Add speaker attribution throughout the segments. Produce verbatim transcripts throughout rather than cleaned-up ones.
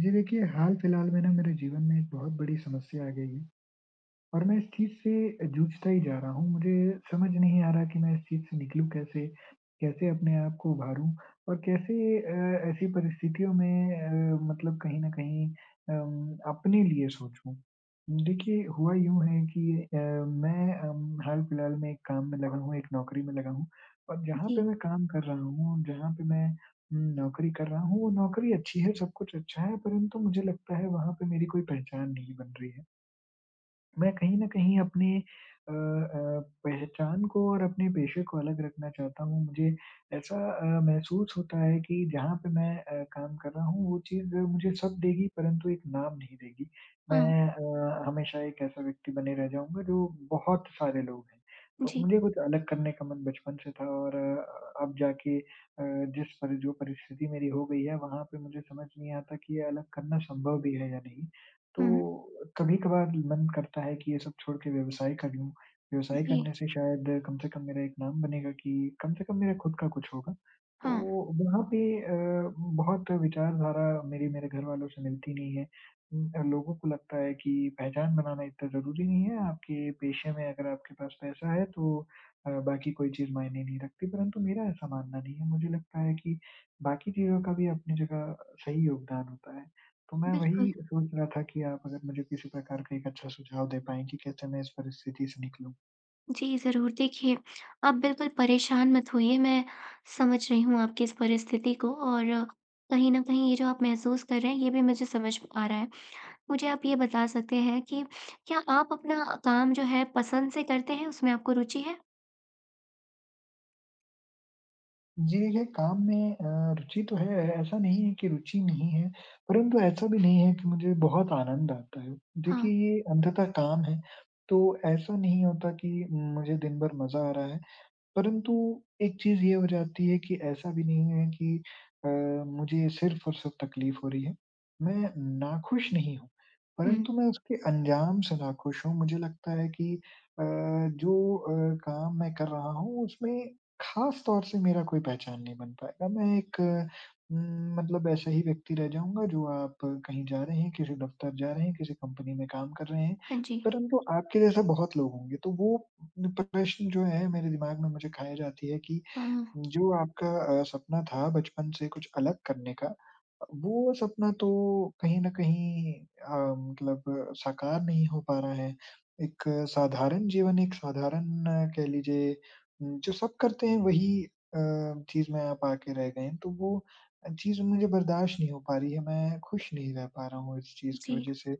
Speaker 1: जी देखिए, हाल-फिलहाल में ना मेरे जीवन में एक बहुत बड़ी समस्या आ गई है। और मैं इस चीज़ से जूझता ही जा रहा हूँ। मुझे समझ नहीं आ रहा कि मैं इस चीज़ से निकलूँ कैसे? कैसे अपने आप को उभारूँ? और कैसे अ, ऐसी परिस्थितियों में अ, मतलब कहीं न कहीं अम, अपने लिए सोचूँ? देखिए, हुआ यूँ है कि अ, मैं अम, हाल-फिलहाल में एक काम में लगा हूँ, एक नौकरी में लगा हूँ और जहाँ पे
Speaker 2: जी,
Speaker 1: मैं काम कर रहा हूँ, जहाँ पे मैं उम, नौकरी कर रहा हूँ, वो नौकरी अच्छी है, सब कुछ अच्छा है, परंतु मुझे लगता है वहाँ पे मेरी कोई पहचान नहीं बन रही है। मैं कहीं न कहीं अपने अ अ, पहचान को और अपने पेशे को अलग रखना चाहता हूँ। मुझे ऐसा अ, महसूस होता है कि जहाँ पे मैं अ, काम कर रहा हूँ, वो चीज़ मुझे सब देगी परंतु एक नाम नहीं देगी।
Speaker 2: हाँ,
Speaker 1: मैं अ, हमेशा एक ऐसा व्यक्ति बने रह जाऊँगा जो बहुत सारे लोग हैं। तो
Speaker 2: जी,
Speaker 1: मुझे कुछ अलग करने का मन बचपन से था और अ, अब जाके अ, जिस पर जो परिस्थिति मेरी हो गई है, वहाँ पे मुझे समझ नहीं आता कि ये अलग करना संभव भी है या नहीं।
Speaker 2: हुँ,
Speaker 1: तो कभी-कभार मन करता है कि ये सब छोड़ के व्यवसाय कर लूँ। व्यवसाय
Speaker 2: जी,
Speaker 1: करने से शायद कम से कम मेरा एक नाम बनेगा कि कम से कम मेरा खुद का कुछ होगा।
Speaker 2: हाँ,
Speaker 1: तो वहाँ पे अ, बहुत विचारधारा मेरी मेरे घरवालों से मिलती नहीं है। उम, लोगों को लगता है कि पहचान बनाना इतना ज़रूरी नहीं है, आपके पेशे में अगर आपके पास पैसा है तो अ, बाकी कोई चीज़ मायने नहीं रखती, परंतु मेरा ऐसा मानना नहीं है। मुझे लगता है कि बाकी चीज़ों का भी अपनी जगह सही योगदान होता है। तो मैं
Speaker 2: बिल्कुल।
Speaker 1: वही सोच रहा था कि आप अगर मुझे किसी प्रकार का एक अच्छा सुझाव दे पाएँ कि कैसे मैं इस परिस्थिति से निकलूँ?
Speaker 2: जी, ज़रूर, देखिए, आप बिल्कुल परेशान मत होइए, मैं समझ रही हूँ आपकी इस परिस्थिति को और कहीं न कहीं ये जो आप महसूस कर रहे हैं, ये भी मुझे समझ आ रहा है। मुझे आप ये बता सकते हैं कि क्या आप अपना काम जो है पसंद से करते हैं, उसमें आपको रुचि है?
Speaker 1: जी, देखिए काम में अ, रुचि तो है, ऐसा नहीं है कि रुचि नहीं है, परंतु ऐसा भी नहीं है कि मुझे बहुत आनंद आता है। देखिए,
Speaker 2: हाँ,
Speaker 1: ये अंततः काम है, तो ऐसा नहीं होता कि मुझे दिन भर मज़ा आ रहा है। परंतु एक चीज़ ये हो जाती है कि ऐसा भी नहीं है कि अ, मुझे सिर्फ़ और सिर्फ़ तकलीफ़ हो रही है। मैं नाखुश नहीं हूँ,
Speaker 2: हुँ,
Speaker 1: परंतु मैं उसके अंजाम से नाखुश हूँ। मुझे लगता है कि अ, जो अ, काम मैं कर रहा हूँ उसमें ख़ास तौर से मेरा कोई पहचान नहीं बन पाएगा। मैं एक उम, मतलब ऐसा ही व्यक्ति रह जाऊँगा जो आप कहीं जा रहे हैं, किसी दफ़्तर जा रहे हैं, किसी कंपनी में काम कर रहे हैं,
Speaker 2: हाँ जी,
Speaker 1: परंतु आपके जैसा बहुत लोग होंगे, तो वो न प्रश्न जो है मेरे दिमाग में मुझे खाया जाती है कि
Speaker 2: हाँ,
Speaker 1: जो आपका अ, सपना था बचपन से कुछ अलग करने का, वो सपना तो कहीं न कहीं अ, मतलब साकार नहीं हो पा रहा है। एक साधारण जीवन, एक साधारण अ, कह लीजिए उम, जो सब करते हैं वही अ, चीज़ में आप आके रह गए हैं, तो वो अ, चीज़ मुझे बर्दाश्त नहीं हो पा रही है, मैं खुश नहीं रह पा रहा हूँ इस चीज़ की
Speaker 2: जी,
Speaker 1: वज़ह से।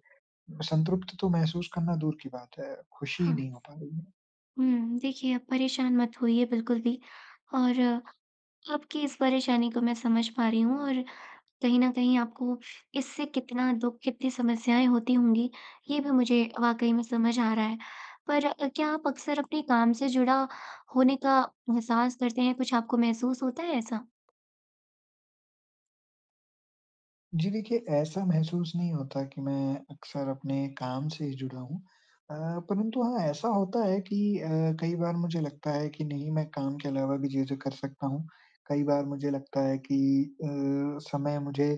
Speaker 1: संतृप्त तो महसूस करना दूर की बात है, खुशी ही
Speaker 2: हाँ,
Speaker 1: नहीं हो पा रही है।
Speaker 2: हुँ, देखिए, आप परेशान मत होइए बिल्कुल भी और आपकी इस परेशानी को मैं समझ पा रही हूँ और कहीं न कहीं आपको इससे कितना दुःख, कितनी समस्याएँ होती होंगी, ये भी मुझे वाक़ई में समझ आ रहा है। पर अ, क्या आप अक्सर अपने काम से जुड़ा होने का एहसास करते हैं? कुछ आपको महसूस होता है ऐसा?
Speaker 1: जी देखिए, ऐसा महसूस नहीं होता कि मैं अक्सर अपने काम से ही जुड़ा हूँ। अ, परंतु हाँ, ऐसा होता है कि अ, कई बार मुझे लगता है कि नहीं मैं काम के अलावा भी चीज़ें कर सकता हूँ। कई बार मुझे लगता है कि अ, समय मुझे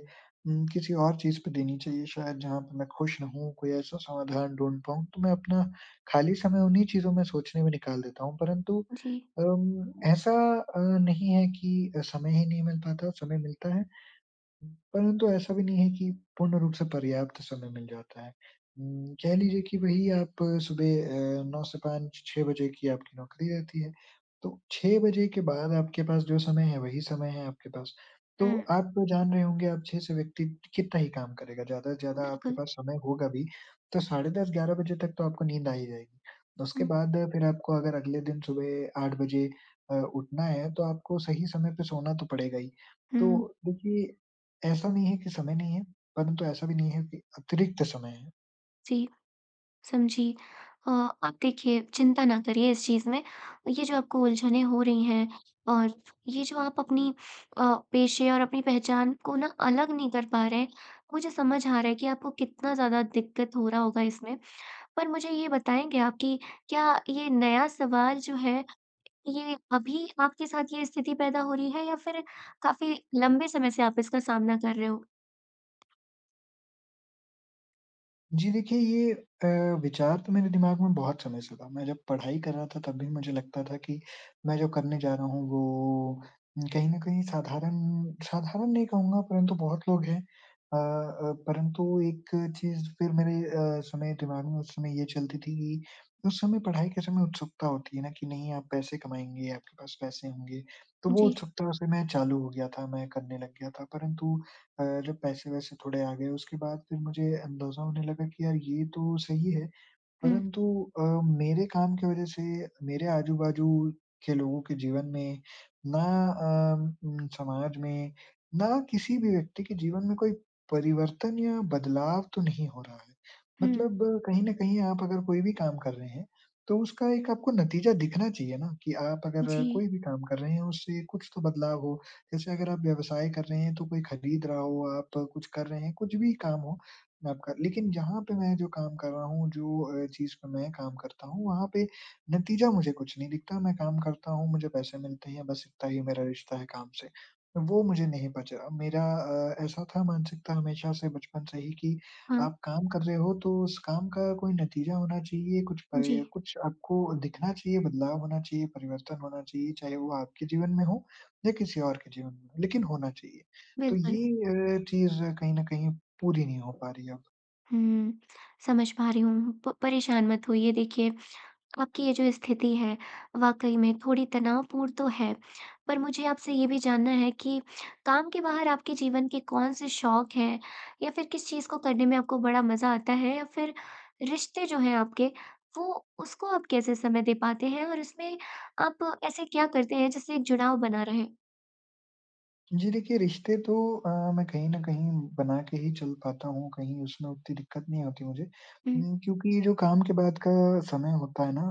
Speaker 1: उम, किसी और चीज़ पे देनी चाहिए शायद जहाँ पे मैं खुश रहूँ, कोई ऐसा समाधान ढूँढ पाऊँ। तो मैं अपना खाली समय उन्हीं चीज़ों में सोचने में निकाल देता हूँ। परंतु
Speaker 2: जी।
Speaker 1: अम, ऐसा अ, नहीं है कि अ, समय ही नहीं मिल पाता, समय मिलता है परंतु ऐसा भी नहीं है कि पूर्ण रूप से पर्याप्त समय मिल जाता है। उम, कह लीजिए कि वही आप सुबह अ, नौ से पाँच छह बजे की आपकी नौकरी रहती है। तो छह बजे के बाद आपके पास जो समय है, वही समय है आपके पास। तो
Speaker 2: हुँ।
Speaker 1: आप जान रहे होंगे आप छह से व्यक्ति कितना ही काम करेगा, ज़्यादा से ज़्यादा आपके
Speaker 2: बिल्कुल।
Speaker 1: पास समय होगा भी, तो साढ़े दस ग्यारह बजे तक तो आपको नींद आ ही जाएगी। उसके
Speaker 2: हुँ,
Speaker 1: बाद फिर आपको अगर अगले दिन सुबह आठ बजे अ, उठना है, तो आपको सही समय पे सोना तो पड़ेगा ही।
Speaker 2: हुँ।
Speaker 1: तो देखिए ऐसा नहीं है कि समय नहीं है, परंतु ऐसा भी नहीं है कि अतिरिक्त समय है।
Speaker 2: जी। समझी। अ, आप देखिए चिंता ना करिए इस चीज़ में। ये जो आपको उलझनें हो रही हैं और ये जो आप अपनी अ, पेशे और अपनी पहचान को ना अलग नहीं कर पा रहे हैं, मुझे समझ आ रहा है कि आपको कितना ज़्यादा दिक्कत हो रहा होगा इसमें। पर मुझे ये बताएँगे आप कि क्या ये नया सवाल जो है, ये अभी आपके साथ ये स्थिति पैदा हो रही है या फिर काफ़ी लंबे समय से आप इसका सामना कर रहे हो?
Speaker 1: जी देखिए, ये अ, विचार तो मेरे दिमाग में बहुत समय से था। मैं जब पढ़ाई कर रहा था तब भी मुझे लगता था कि मैं जो करने जा रहा हूँ वो कहीं न कहीं साधारण साधारण नहीं कहूँगा परंतु बहुत लोग हैं। अ अ, परंतु एक चीज़ फिर मेरे अ, समय दिमाग में उस समय ये चलती थी कि उस समय पढ़ाई के समय उत्सुकता होती है ना कि नहीं आप पैसे कमाएँगे, आपके पास पैसे होंगे। तो वो
Speaker 2: जी।
Speaker 1: उत्सुकता से मैं चालू हो गया था, मैं करने लग गया था। परंतु अ, जब पैसे-वैसे थोड़े आ गए उसके बाद फिर मुझे अंदाज़ा होने लगा कि यार ये तो सही है।
Speaker 2: हुँ,
Speaker 1: परंतु अ, मेरे काम की वज़ह से मेरे आजू-बाजू के लोगों के जीवन में ना अम, उम, समाज में, ना किसी भी व्यक्ति के जीवन में कोई परिवर्तन या बदलाव तो नहीं हो रहा है।
Speaker 2: हुँ।
Speaker 1: मतलब अ, कहीं न कहीं आप अगर कोई भी काम कर रहे हैं, तो उसका एक आपको नतीजा दिखना चाहिए ना कि आप अगर
Speaker 2: जी।
Speaker 1: कोई भी काम कर रहे हैं, उससे कुछ तो बदलाव हो। जैसे अगर आप व्यवसाय कर रहे हैं, तो कोई खरीद रहा हो, आप कुछ कर रहे हैं, कुछ भी काम हो, आपका लेकिन जहाँ पे मैं जो काम कर रहा हूँ, जो अ, चीज़ पे मैं काम करता हूँ, वहाँ पे नतीजा मुझे कुछ नहीं दिखता। मैं काम करता हूँ, मुझे पैसे मिलते हैं, बस इतना ही मेरा रिश्ता है काम से। वो मुझे नहीं बचा। मेरा अ, ऐसा था मानसिकता हमेशा से बचपन से ही कि
Speaker 2: हाँ,
Speaker 1: आप काम कर रहे हो तो उस काम का कोई नतीजा होना चाहिए, कुछ
Speaker 2: जी,
Speaker 1: परि कुछ आपको दिखना चाहिए, बदलाव होना चाहिए, परिवर्तन होना चाहिए, चाहे वो आपके जीवन में हो या किसी और के जीवन में, लेकिन होना चाहिए। तो
Speaker 2: बिल्कुल।
Speaker 1: ये अ, चीज़ कहीं न कहीं पूरी नहीं हो पा रही अब।
Speaker 2: हुँ, समझ पा रही हूँ। प परेशान मत होइए देखिए, आपकी ये जो स्थिति है वाक़ई में थोड़ी तनावपूर्ण तो है। पर मुझे आपसे ये भी जानना है कि काम के बाहर आपके जीवन के कौन-से शौक हैं? या फिर किस चीज़ को करने में आपको बड़ा मज़ा आता है? या फिर रिश्ते जो हैं आपके, वो उसको आप कैसे समय दे पाते हैं? और इसमें आप ऐसे क्या करते हैं जिससे एक जुड़ाव बना रहे?
Speaker 1: जी देखिए, रिश्ते तो अ, मैं कहीं न कहीं बना के ही चल पाता हूँ, कहीं उसमें उतनी दिक्कत नहीं होती मुझे।
Speaker 2: हुँ,
Speaker 1: उम, क्योंकि ये जो काम के बाद का समय होता है ना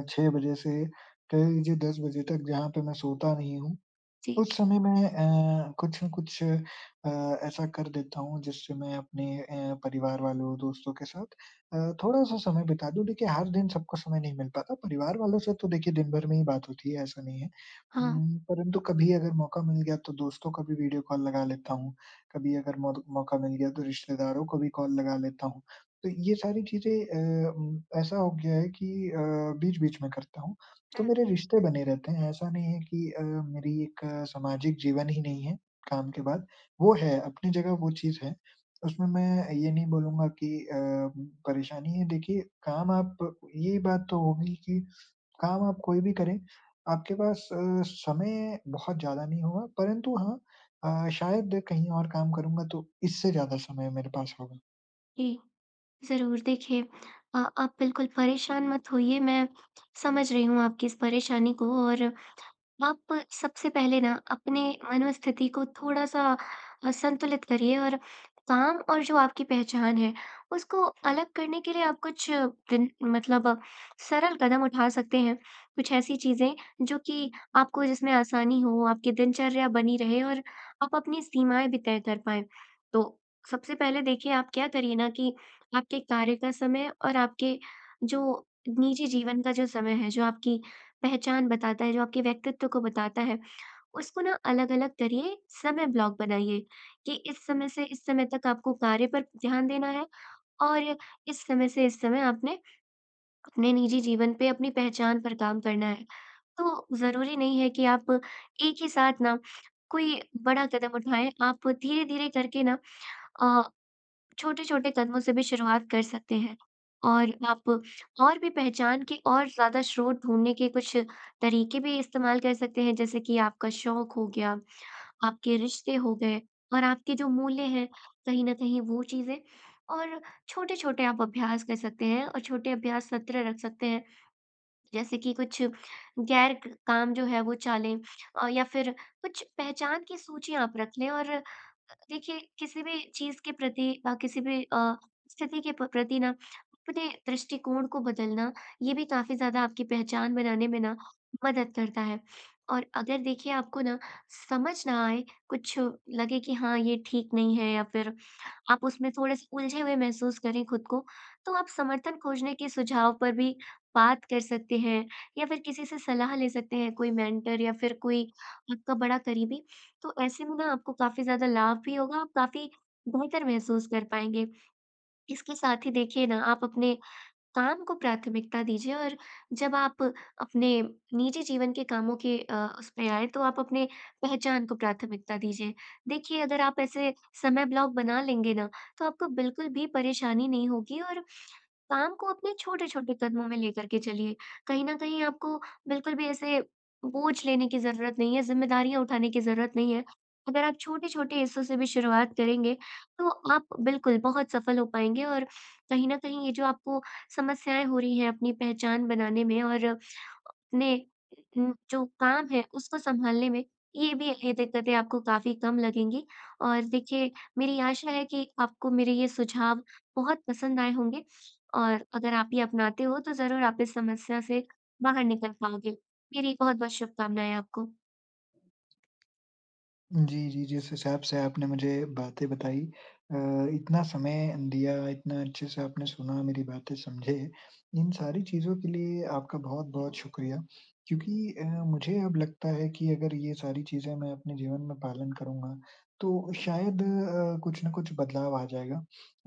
Speaker 1: अ, छह बजे से कह लीजिए दस बजे तक जहाँ पे मैं सोता नहीं हूँ,
Speaker 2: जी।
Speaker 1: उस समय मैं अ, कुछ न कुछ अ, ऐसा कर देता हूँ जिससे मैं अपने अ, परिवार वालों, दोस्तों के साथ अ, थोड़ा-सा समय बिता दूँ। देखिए हर दिन सबको समय नहीं मिल पाता, परिवार वालों से तो देखिए दिन भर में ही बात होती है, ऐसा नहीं है।
Speaker 2: हाँ,
Speaker 1: उम, परंतु कभी अगर मौका मिल गया तो दोस्तों को भी वीडियो कॉल लगा लेता हूँ, कभी अगर मौद मौका मिल गया तो रिश्तेदारों को भी कॉल लगा लेता हूँ। तो ये सारी चीज़ें अ, उम, ऐसा हो गया है कि अ, बीच-बीच में करता हूँ। तो मेरे रिश्ते बने रहते हैं, ऐसा नहीं है कि अ, मेरी एक अ, सामाजिक जीवन ही नहीं है काम के बाद। वो है, अपनी जगह वो चीज़ है। उसमें मैं ये नहीं बोलूँगा कि अ, परेशानी है देखिए काम आप ये बात तो होगी कि काम आप कोई भी करें, आपके पास अ, समय बहुत ज़्यादा नहीं होगा परंतु हाँ अ, शायद कहीं और काम करूँगा तो इससे ज़्यादा समय मेरे पास होगा।
Speaker 2: जी। ज़रूर, देखिए अ, आप बिल्कुल परेशान मत होइए, मैं समझ रही हूँ आपकी इस परेशानी को और आप सबसे पहले ना अपने मनोस्थिति को थोड़ा-सा अ, संतुलित करिए और काम और जो आपकी पहचान है, उसको अलग करने के लिए आप कुछ दिन मतलब अ, सरल कदम उठा सकते हैं। कुछ ऐसी चीज़ें जो कि आपको जिसमें आसानी हो, आपकी दिनचर्या बनी रहे और आप अपनी सीमाएँ भी तय कर पाएँ। तो सबसे पहले देखिए आप क्या करिए ना कि आपके कार्य का समय और आपके जो निजी जीवन का जो समय है, जो आपकी पहचान बताता है, जो आपके व्यक्तित्व को बताता है, उसको ना अलग-अलग करिए, समय ब्लॉक बनाइए कि इस समय से इस समय तक आपको कार्य पर ध्यान देना है और इस समय से इस समय आपने अपने निजी जीवन पे, अपनी पहचान पर काम करना है। तो ज़रूरी नहीं है कि आप एक ही साथ ना कोई बड़ा कदम उठाएँ, आप धीरे-धीरे करके ना अ, छोटे-छोटे कदमों से भी शुरुआत कर सकते हैं। और आप और भी पहचान के और ज़्यादा स्रोत ढूँढने के कुछ तरीके भी इस्तेमाल कर सकते हैं, जैसे कि आपका शौक हो गया, आपके रिश्ते हो गए और आपके जो मूल्य हैं, कहीं न कहीं वो चीज़ें और छोटे-छोटे आप अभ्यास कर सकते हैं और छोटे अभ्यास सत्र रख सकते हैं। जैसे कि कुछ गैर क काम जो है वो चालें अ, या फिर कुछ पहचान की सूची आप रख लें और अ, देखिए किसी भी चीज़ के प्रति अ, किसी भी अ, स्थिति के प प्रति ना अपने दृष्टिकोण को बदलना, ये भी काफ़ी ज़्यादा आपकी पहचान बनाने में ना मदद करता है। और अगर देखिए आपको ना समझ ना आए, कुछ लगे कि हाँ, ये ठीक नहीं है या फिर आप उसमें थोड़े-से उलझे हुए महसूस करें खुद को, तो आप समर्थन खोजने के सुझाव पर भी बात कर सकते हैं या फिर किसी से सलाह ले सकते हैं, कोई मेंटर या फिर कोई आपका बड़ा करीबी। तो ऐसे में ना आपको काफ़ी ज़्यादा लाभ भी होगा, आप काफ़ी बेहतर महसूस कर पाएँगे। इसके साथ ही देखिए ना, आप अपने काम को प्राथमिकता दीजिए और जब आप अपने निजी जीवन के कामों के अ, उसमें आएँ, तो आप अपने पहचान को प्राथमिकता दीजिए। देखिए, अगर आप ऐसे समय ब्लॉक बना लेंगे ना, तो आपको बिल्कुल भी परेशानी नहीं होगी और काम को अपने छोटे-छोटे कदमों में लेकर के चलिए। कहीं न कहीं आपको बिल्कुल भी ऐसे बोझ लेने की ज़रूरत नहीं है, ज़िम्मेदारियाँ उठाने की ज़रूरत नहीं है। अगर आप छोटे-छोटे हिस्सों से भी शुरुआत करेंगे, तो आप बिल्कुल बहुत सफल हो पाएँगे और कहीं न कहीं ये जो आपको समस्याएँ हो रही हैं अपनी पहचान बनाने में और अपने उम, जो काम है उसको सँभालने में ये भी ये दिक्कतें आपको काफ़ी कम लगेंगी। और देखिए मेरी आशा है कि आपको मेरे ये सुझाव बहुत पसंद आए होंगे और अगर आप ये अपनाते हो तो ज़रूर आप इस समस्या से बाहर निकल पाओगे। मेरी बहुत-बहुत शुभकामनाएँ आपको।
Speaker 1: जी, जी, जिस हिसाब से आपने मुझे बातें बताई अ, इतना समय दिया, इतना अच्छे से आपने सुना, मेरी बातें समझे, इन सारी चीज़ों के लिए आपका बहुत-बहुत शुक्रिया। क्योंकि अ, मुझे अब लगता है कि अगर ये सारी चीज़ें मैं अपने जीवन में पालन करूँगा, तो शायद अ, कुछ न कुछ बदलाव आ जाएगा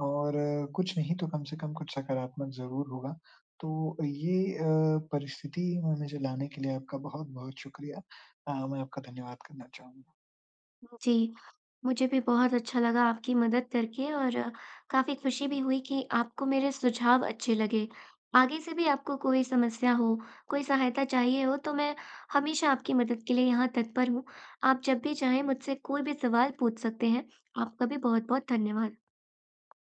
Speaker 1: और अ, कुछ नहीं तो कम से कम कुछ सकारात्मक ज़रूर होगा। तो ये अ, परिस्थिति में मुझे लाने के लिए आपका बहुत-बहुत शुक्रिया। अ, मैं आपका धन्यवाद करना चाहूँगा।
Speaker 2: जी, मुझे भी बहुत अच्छा लगा आपकी मदद करके और काफ़ी खुशी भी हुई कि आपको मेरे सुझाव अच्छे लगे। आगे से भी आपको कोई समस्या हो, कोई सहायता चाहिए हो, तो मैं हमेशा आपकी मदद के लिए यहाँ तत्पर हूँ। आप जब भी चाहें मुझसे कोई भी सवाल पूछ सकते हैं। आपका भी बहुत-बहुत धन्यवाद।